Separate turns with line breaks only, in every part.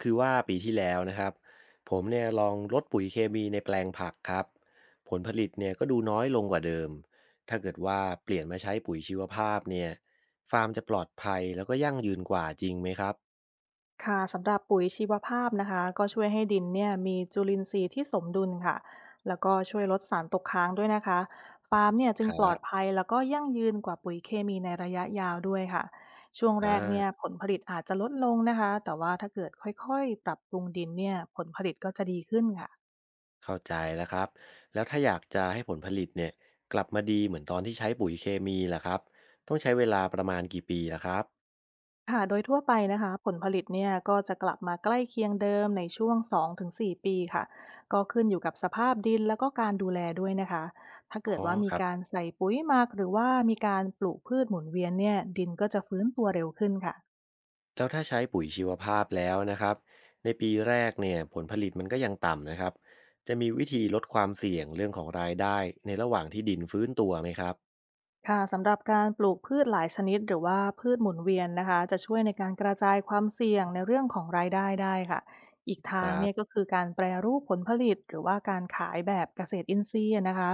คือว่าปีที่แล้วนะครับผมเนี่ยลองลดปุ๋ยเคมีในแปลงผักครับผลผลิตเนี่ยก็ดูน้อยลงกว่าเดิมถ้าเกิดว่าเปลี่ยนมาใช้ปุ๋ยชีวภาพเนี่ยฟาร์มจะปลอดภัยแล้วก็ยั่งยืนกว่าจริงไหมครับ
ค่ะสำหรับปุ๋ยชีวภาพนะคะก็ช่วยให้ดินเนี่ยมีจุลินทรีย์ที่สมดุลค่ะแล้วก็ช่วยลดสารตกค้างด้วยนะคะฟาร์มเนี่ยจึ
ค
ง
รั
ปลอด
บ
ภัยแล้วก็ยั่งยืนกว่าปุ๋ยเคมีในระยะยาวด้วยค่ะช่วง
อ่
แรกเนี่ย
า
ผลผลิตอาจจะลดลงนะคะแต่ว่าถ้าเกิดค่อยๆปรับปรุงดินเนี่ยผลผลิตก็จะดีขึ้นค่ะ
เข้าใจแล้วครับแล้วถ้าอยากจะให้ผลผลิตเนี่ยกลับมาดีเหมือนตอนที่ใช้ปุ๋ยเคมีล่ะครับต้องใช้เวลาประมาณกี่ปีล่ะครับ
ค่ะโดยทั่วไปนะคะผลผลิตเนี่ยก็จะกลับมาใกล้เคียงเดิมในช่วง2-4ปีค่ะก็ขึ้นอยู่กับสภาพดินแล้วก็การดูแลด้วยนะคะถ้าเกิ
อ๋
ด
อ
ว่า
ค
มี
รับ
การใส่ปุ๋ยหมักหรือว่ามีการปลูกพืชหมุนเวียนเนี่ยดินก็จะฟื้นตัวเร็วขึ้นค่ะ
แล้วถ้าใช้ปุ๋ยชีวภาพแล้วนะครับในปีแรกเนี่ยผลผลิตมันก็ยังต่ำนะครับจะมีวิธีลดความเสี่ยงเรื่องของรายได้ในระหว่างที่ดินฟื้นตัวไหมครับ
ค่ะสำหรับการปลูกพืชหลายชนิดหรือว่าพืชหมุนเวียนนะคะจะช่วยในการกระจายความเสี่ยงในเรื่องของรายได้ได้ค่ะอีก
ค
ทาง
รับ
เนี่ยก็คือการแปรรูปผลผลิตหรือว่าการขายแบบเกษตรอินทรีย์นะคะ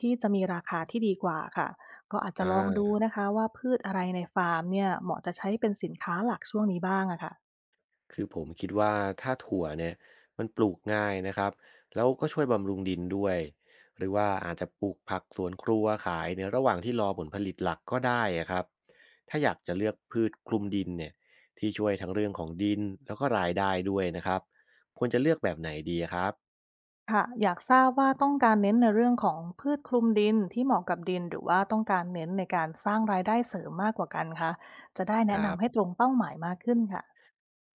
ที่จะมีราคาที่ดีกว่าค่ะก็อาจ
อ่
จะลองดู
า
นะคะว่าพืชอะไรในฟาร์มเนี่ยเหมาะจะใช้เป็นสินค้าหลักช่วงนี้บ้างอะค่ะ
คือผมคิดว่าถ้าถั่วเนี่ยมันปลูกง่ายนะครับแล้วก็ช่วยบำรุงดินด้วยหรือว่าอาจจะปลูกผักสวนครัวขายในระหว่างที่รอผลผลิตหลักก็ได้อะครับถ้าอยากจะเลือกพืชคลุมดินเนี่ยที่ช่วยทั้งเรื่องของดินแล้วก็รายได้ด้วยนะครับควรจะเลือกแบบไหนดีครับ
ค่ะอยากทราบว่าต้องการเน้นในเรื่องของพืชคลุมดินที่เหมาะกับดินหรือว่าต้องการเน้นในการสร้างรายได้เสริมมากกว่ากันคะจะได้
ค
แนะ
รับ
นำให้ตรงเป้าหมายมากขึ้นค่ะ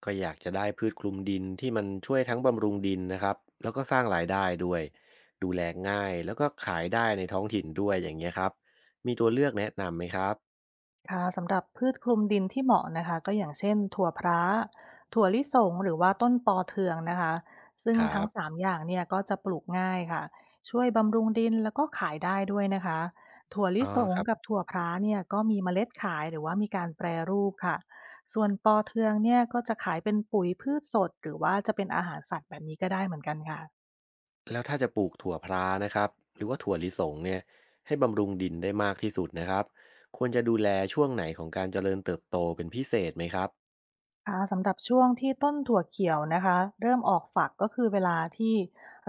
ก็อยากจะได้พืชคลุมดินที่มันช่วยทั้งบำรุงดินนะครับแล้วก็สร้างรายได้ด้วยดูแลง่ายแล้วก็ขายได้ในท้องถิ่นด้วยอย่างเงี้ยครับมีตัวเลือกแนะนำไหมครับ
ค่ะสำหรับพืชคลุมดินที่เหมาะนะคะก็อย่างเช่นถั่วพร้าถั่วลิสงหรือว่าต้นปอเทืองนะคะซึ่ง
ครั
ทั้ง
บ
สามอย่างเนี่ยก็จะปลูกง่ายค่ะช่วยบำรุงดินแล้วก็ขายได้ด้วยนะคะถั่วลิ
อ๋อ
สง
ครับ
กับถั่วพร้าเนี่ยก็มีเมล็ดขายหรือว่ามีการแปรรูปค่ะส่วนปอเทืองเนี่ยก็จะขายเป็นปุ๋ยพืชสดหรือว่าจะเป็นอาหารสัตว์แบบนี้ก็ได้เหมือนกันค่ะ
แล้วถ้าจะปลูกถั่วพลานะครับหรือว่าถั่วลิสงเนี่ยให้บำรุงดินได้มากที่สุดนะครับควรจะดูแลช่วงไหนของการเจริญเติบโตเป็นพิเศษไหมครับ
ค่ะสำหรับช่วงที่ต้นถั่วเขียวนะคะเริ่มออกฝักก็คือเวลาที่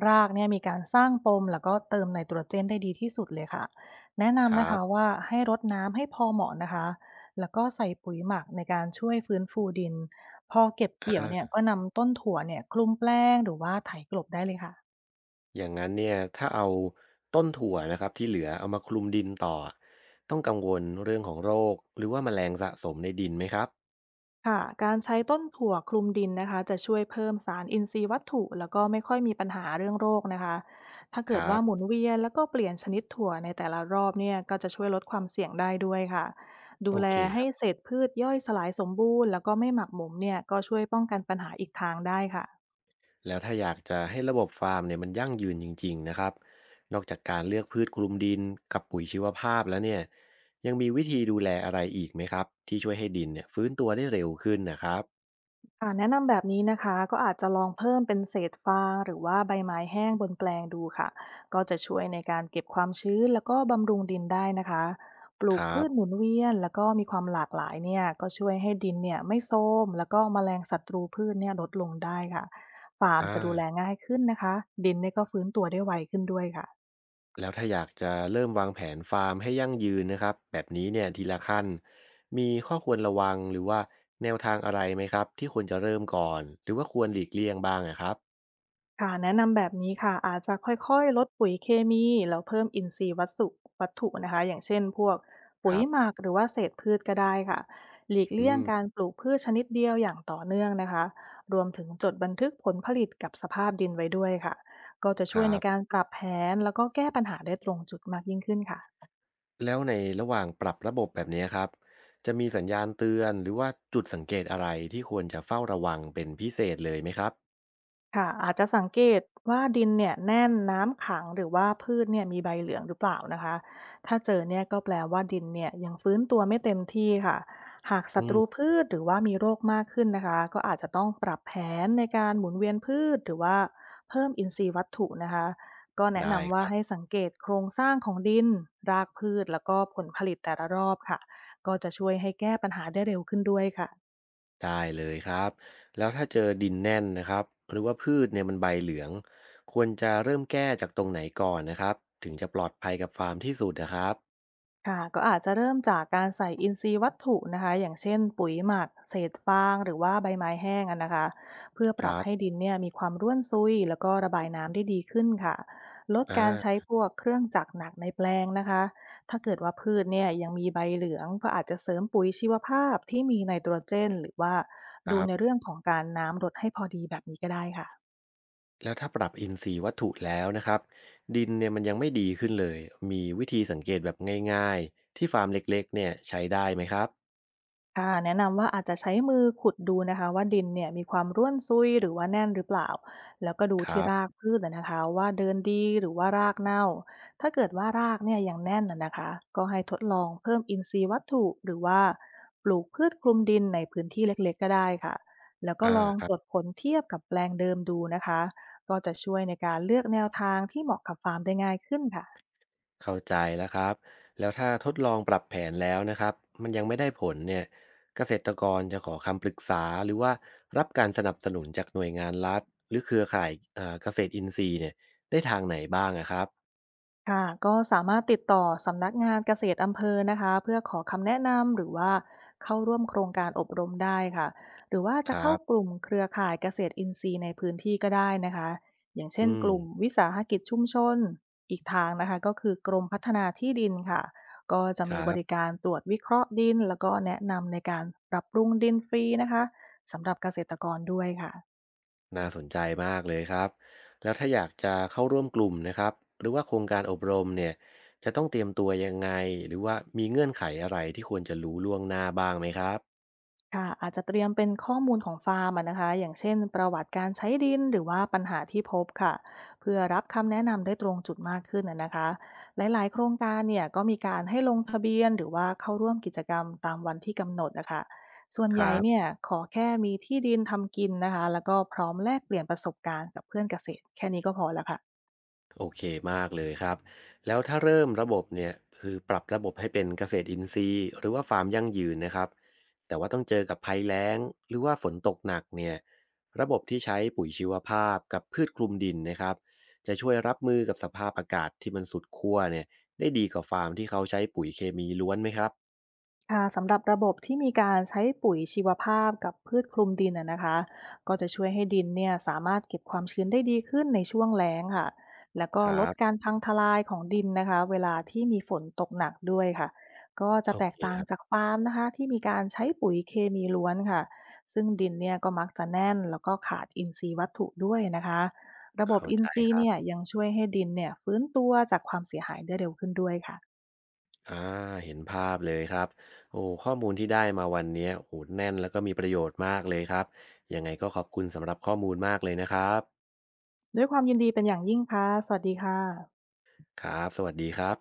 รากเนี่ยมีการสร้างปมแล้วก็เติมไนโตรเจนได้ดีที่สุดเลยค่ะแนะ
ค
นำ
รั
นะ
บ
คะว่าให้รดน้ำให้พอเหมาะนะคะแล้วก็ใส่ปุ๋ยหมักในการช่วยฟื้นฟูดินพอเก็บเกี่ยวเนี่ย
อ่า
ก็นำต้นถั่วเนี่ยคลุมแป้งหรือว่าไถกลบได้เลยค่ะ
อย่างงั้นเนี่ยถ้าเอาต้นถั่วนะครับที่เหลือเอามาคลุมดินต่อต้องกังวลเรื่องของโรคหรือว่าแมลงสะสมในดินไหมครับ
ค่ะการใช้ต้นถั่วคลุมดินนะคะจะช่วยเพิ่มสารอินทรีย์วัตถุแล้วก็ไม่ค่อยมีปัญหาเรื่องโรคนะคะถ้า
ค
เกิด
รั
ว่า
บ
หมุนเวียนแล้วก็เปลี่ยนชนิดถั่วในแต่ละรอบเนี่ยก็จะช่วยลดความเสี่ยงได้ด้วยค่ะดู
โอ
แล
เคค
ให้
รับ
เศษพืชย่อยสลายสมบูรณ์แล้วก็ไม่หมักหมมเนี่ยก็ช่วยป้องกันปัญหาอีกทางได้ค่ะ
แล้วถ้าอยากจะให้ระบบฟาร์มเนี่ยมันยั่งยืนจริงๆนะครับนอกจากการเลือกพืชคลุมดินกับปุ๋ยชีวภาพแล้วเนี่ยยังมีวิธีดูแลอะไรอีกไหมครับที่ช่วยให้ดินเนี่ยฟื้นตัวได้เร็วขึ้นนะครับ
ค่ะแนะนำแบบนี้นะคะก็อาจจะลองเพิ่มเป็นเศษฟางหรือว่าใบไม้แห้งบนแปลงดูค่ะก็จะช่วยในการเก็บความชื้นแล้วก็บำรุงดินได้นะคะปลู
ค
ก
รั
พื
บ
ชหมุนเวียนแล้วก็มีความหลากหลายเนี่ยก็ช่วยให้ดินเนี่ยไม่โทรมแล้วก็แมลงศัตรูพืชเนี่ยลดลงได้ค่ะฟาร์
อ
มจะดูแล
่า
ง่ายขึ้นนะคะดินเนี่ยก็ฟื้นตัวได้ไวขึ้นด้วยค่ะ
แล้วถ้าอยากจะเริ่มวางแผนฟาร์มให้ยั่งยืนนะครับแบบนี้เนี่ยทีละขั้นมีข้อควรระวังหรือว่าแนวทางอะไรไหมครับที่ควรจะเริ่มก่อนหรือว่าควรหลีกเลี่ยงบ้างอะครับ
ค่ะแนะนำแบบนี้ค่ะอาจจะค่อยๆลดปุ๋ยเคมีแล้วเพิ่มอินทรีย์วัสดุวัตถุนะคะอย่างเช่นพวก
ค
ปุ๋ย
รับ
หมักหรือว่าเศษพืชก็ได้ค่ะหลีก
อื
เลี่ยง
ม
การปลูกพืชชนิดเดียวอย่างต่อเนื่องนะคะรวมถึงจดบันทึกผลผลิตกับสภาพดินไว้ด้วยค่ะก็จะ
ค
ช่วย
รั
ใน
บ
การปรับแผนแล้วก็แก้ปัญหาได้ตรงจุดมากยิ่งขึ้นค่ะ
แล้วในระหว่างปรับระบบแบบนี้ครับจะมีสัญญาณเตือนหรือว่าจุดสังเกตอะไรที่ควรจะเฝ้าระวังเป็นพิเศษเลยไหมครับ
ค่ะอาจจะสังเกตว่าดินเนี่ยแน่นน้ำขังหรือว่าพืชเนี่ยมีใบเหลืองหรือเปล่านะคะถ้าเจอเนี่ยก็แปลว่าดินเนี่ยยังฟื้นตัวไม่เต็มที่ค่ะหาก
อื
ศัตรู
ม
พืชหรือว่ามีโรคมากขึ้นนะคะก็อาจจะต้องปรับแผนในการหมุนเวียนพืชหรือว่าเพิ่มอินทรีย์วัตถุนะคะก็แนะ
ได้
นำ
ค
ว่า
รั
ให้
บ
สังเกตโครงสร้างของดินรากพืชแล้วก็ผลผลิตแต่ละรอบค่ะก็จะช่วยให้แก้ปัญหาได้เร็วขึ้นด้วยค่ะ
ได้เลยครับแล้วถ้าเจอดินแน่นนะครับหรือว่าพืชเนี่ยมันใบเหลืองควรจะเริ่มแก้จากตรงไหนก่อนนะครับถึงจะปลอดภัยกับฟาร์มที่สุดนะครับ
ค่ะก็อาจจะเริ่มจากการใส่อินทรีย์วัตถุนะคะอย่างเช่นปุ๋ยหมักเศษฟางหรือว่าใบไม้แห้งอะนะคะเพื่อป
ค
รับ
รั
ให้
บ
ดินเนี่ยมีความร่วนซุยแล้วก็ระบายน้ำได้ดีขึ้นค่ะลด
อ่
การใช้
า
พวกเครื่องจักรหนักในแปลงนะคะถ้าเกิดว่าพืชเนี่ยยังมีใบเหลืองก็อาจจะเสริมปุ๋ยชีวภาพที่มีไนโตรเจนหรือว่า
ค
ดู
รับ
ในเรื่องของการน้ำลดให้พอดีแบบนี้ก็ได้ค่ะ
แล้วถ้าปรับอินทรีย์วัตถุแล้วนะครับดินเนี่ยมันยังไม่ดีขึ้นเลยมีวิธีสังเกตแบบง่ายๆที่ฟาร์มเล็กๆเนี่ยใช้ได้ไหมครับ
ค่ะแนะนำว่าอาจจะใช้มือขุดดูนะคะว่าดินเนี่ยมีความร่วนซุยหรือว่าแน่นหรือเปล่าแล้วก็ดู
ค
ที่
รั
รา
บ
กพืชนะคะว่าเดินดีหรือว่ารากเน่าถ้าเกิดว่ารากเนี่ยยังแน่นนะคะก็ให้ทดลองเพิ่มอินทรีย์วัตถุหรือว่าปลูกพืชคลุมดินในพื้นที่เล็กๆก็ได้ค่ะแล้ว
อ
ก็ลองตรวจ
่า
ผลเทียบกับแปลงเดิมดูนะคะก็จะช่วยในการเลือกแนวทางที่เหมาะกับฟาร์มได้ง่ายขึ้นค่ะ
เข้าใจแล้วครับแล้วถ้าทดลองปรับแผนแล้วนะครับมันยังไม่ได้ผลเนี่ยเกษตรกรจะขอคำปรึกษาหรือว่ารับการสนับสนุนจากหน่วยงานรัฐหรือเครือข่ายเกษตรอินทรีย์เนี่ยได้ทางไหนบ้างอะครับ
ค่ะก็สามารถติดต่อสำนักงานเกษตรอำเภอนะคะเพื่อขอคำแนะนำหรือว่าเข้าร่วมโครงการอบรมได้ค่ะหรือว่า
ค
จะ
รั
เข้าก
บ
ลุ่มเครือข่ายเกษตรอินทรีย์ในพื้นที่ก็ได้นะคะอย่างเช่น
อื
ก
ม
ลุ่มวิสาหกิจชุมชนอีกทางนะคะก็คือกรมพัฒนาที่ดินค่ะก็จะ
ค
มี
รั
บริ
บ
การตรวจวิเคราะห์ดินแล้วก็แนะนำในการปรับปรุงดินฟรีนะคะสำหรับเกษตรกรด้วยค่ะ
น่าสนใจมากเลยครับแล้วถ้าอยากจะเข้าร่วมกลุ่มนะครับหรือว่าโครงการอบรมเนี่ยจะต้องเตรียมตัวยังไงหรือว่ามีเงื่อนไขอะไรที่ควรจะรู้ล่วงหน้าบ้างไหมครับ
ค่ะอาจจะเตรียมเป็นข้อมูลของฟาร์มอะนะคะอย่างเช่นประวัติการใช้ดินหรือว่าปัญหาที่พบค่ะเพื่อรับคำแนะนำได้ตรงจุดมากขึ้นอะนะคะหลายๆโครงการเนี่ยก็มีการให้ลงทะเบียนหรือว่าเข้าร่วมกิจกรรมตามวันที่กำหนดนะคะส่วน
ค
ให
รั
ญ่เนี่ย
บ
ขอแค่มีที่ดินทำกินนะคะแล้วก็พร้อมแลกเปลี่ยนประสบการณ์กับเพื่อนเกษตรแค่นี้ก็พอแล้วค่ะ
โอเคมากเลยครับแล้วถ้าเริ่มระบบเนี่ยคือปรับระบบให้เป็นเกษตรอินทรีย์หรือว่าฟาร์มยั่งยืนนะครับแต่ว่าต้องเจอกับภัยแล้งหรือว่าฝนตกหนักเนี่ยระบบที่ใช้ปุ๋ยชีวภาพกับพืชคลุมดินนะครับจะช่วยรับมือกับสภาพอากาศที่มันสุดขั้วเนี่ยได้ดีกว่าฟาร์มที่เขาใช้ปุ๋ยเคมีล้วนไหมครับ
ค่ะสำหรับระบบที่มีการใช้ปุ๋ยชีวภาพกับพืชคลุมดินนะคะก็จะช่วยให้ดินเนี่ยสามารถเก็บความชื้นได้ดีขึ้นในช่วงแล้งค่ะแล้วก็
ครั
ลดกา
บ
รพังทลายของดินนะคะเวลาที่มีฝนตกหนักด้วยค่ะก็จะ
โอ
แต
เค
กต่าง
ครั
จาก
บ
ฟาร์มนะคะที่มีการใช้ปุ๋ยเคมีล้วนค่ะซึ่งดินเนี่ยก็มักจะแน่นแล้วก็ขาดอินทรีย์วัตถุด้วยนะคะระบบ
เข้า
อิ
ใจ
นทรี
ค
ย์
รั
เนี่ย
บ
ยังช่วยให้ดินเนี่ยฟื้นตัวจากความเสียหายได้เร็วขึ้นด้วยค่ะ
อ่าเห็นภาพเลยครับโอ้ข้อมูลที่ได้มาวันนี้โอ้แน่นแล้วก็มีประโยชน์มากเลยครับยังไงก็ขอบคุณสำหรับข้อมูลมากเลยนะครับ
ด้วยความยินดีเป็นอย่างยิ่งค่ะสวัสดีค่ะ
ครับสวัสดีครับ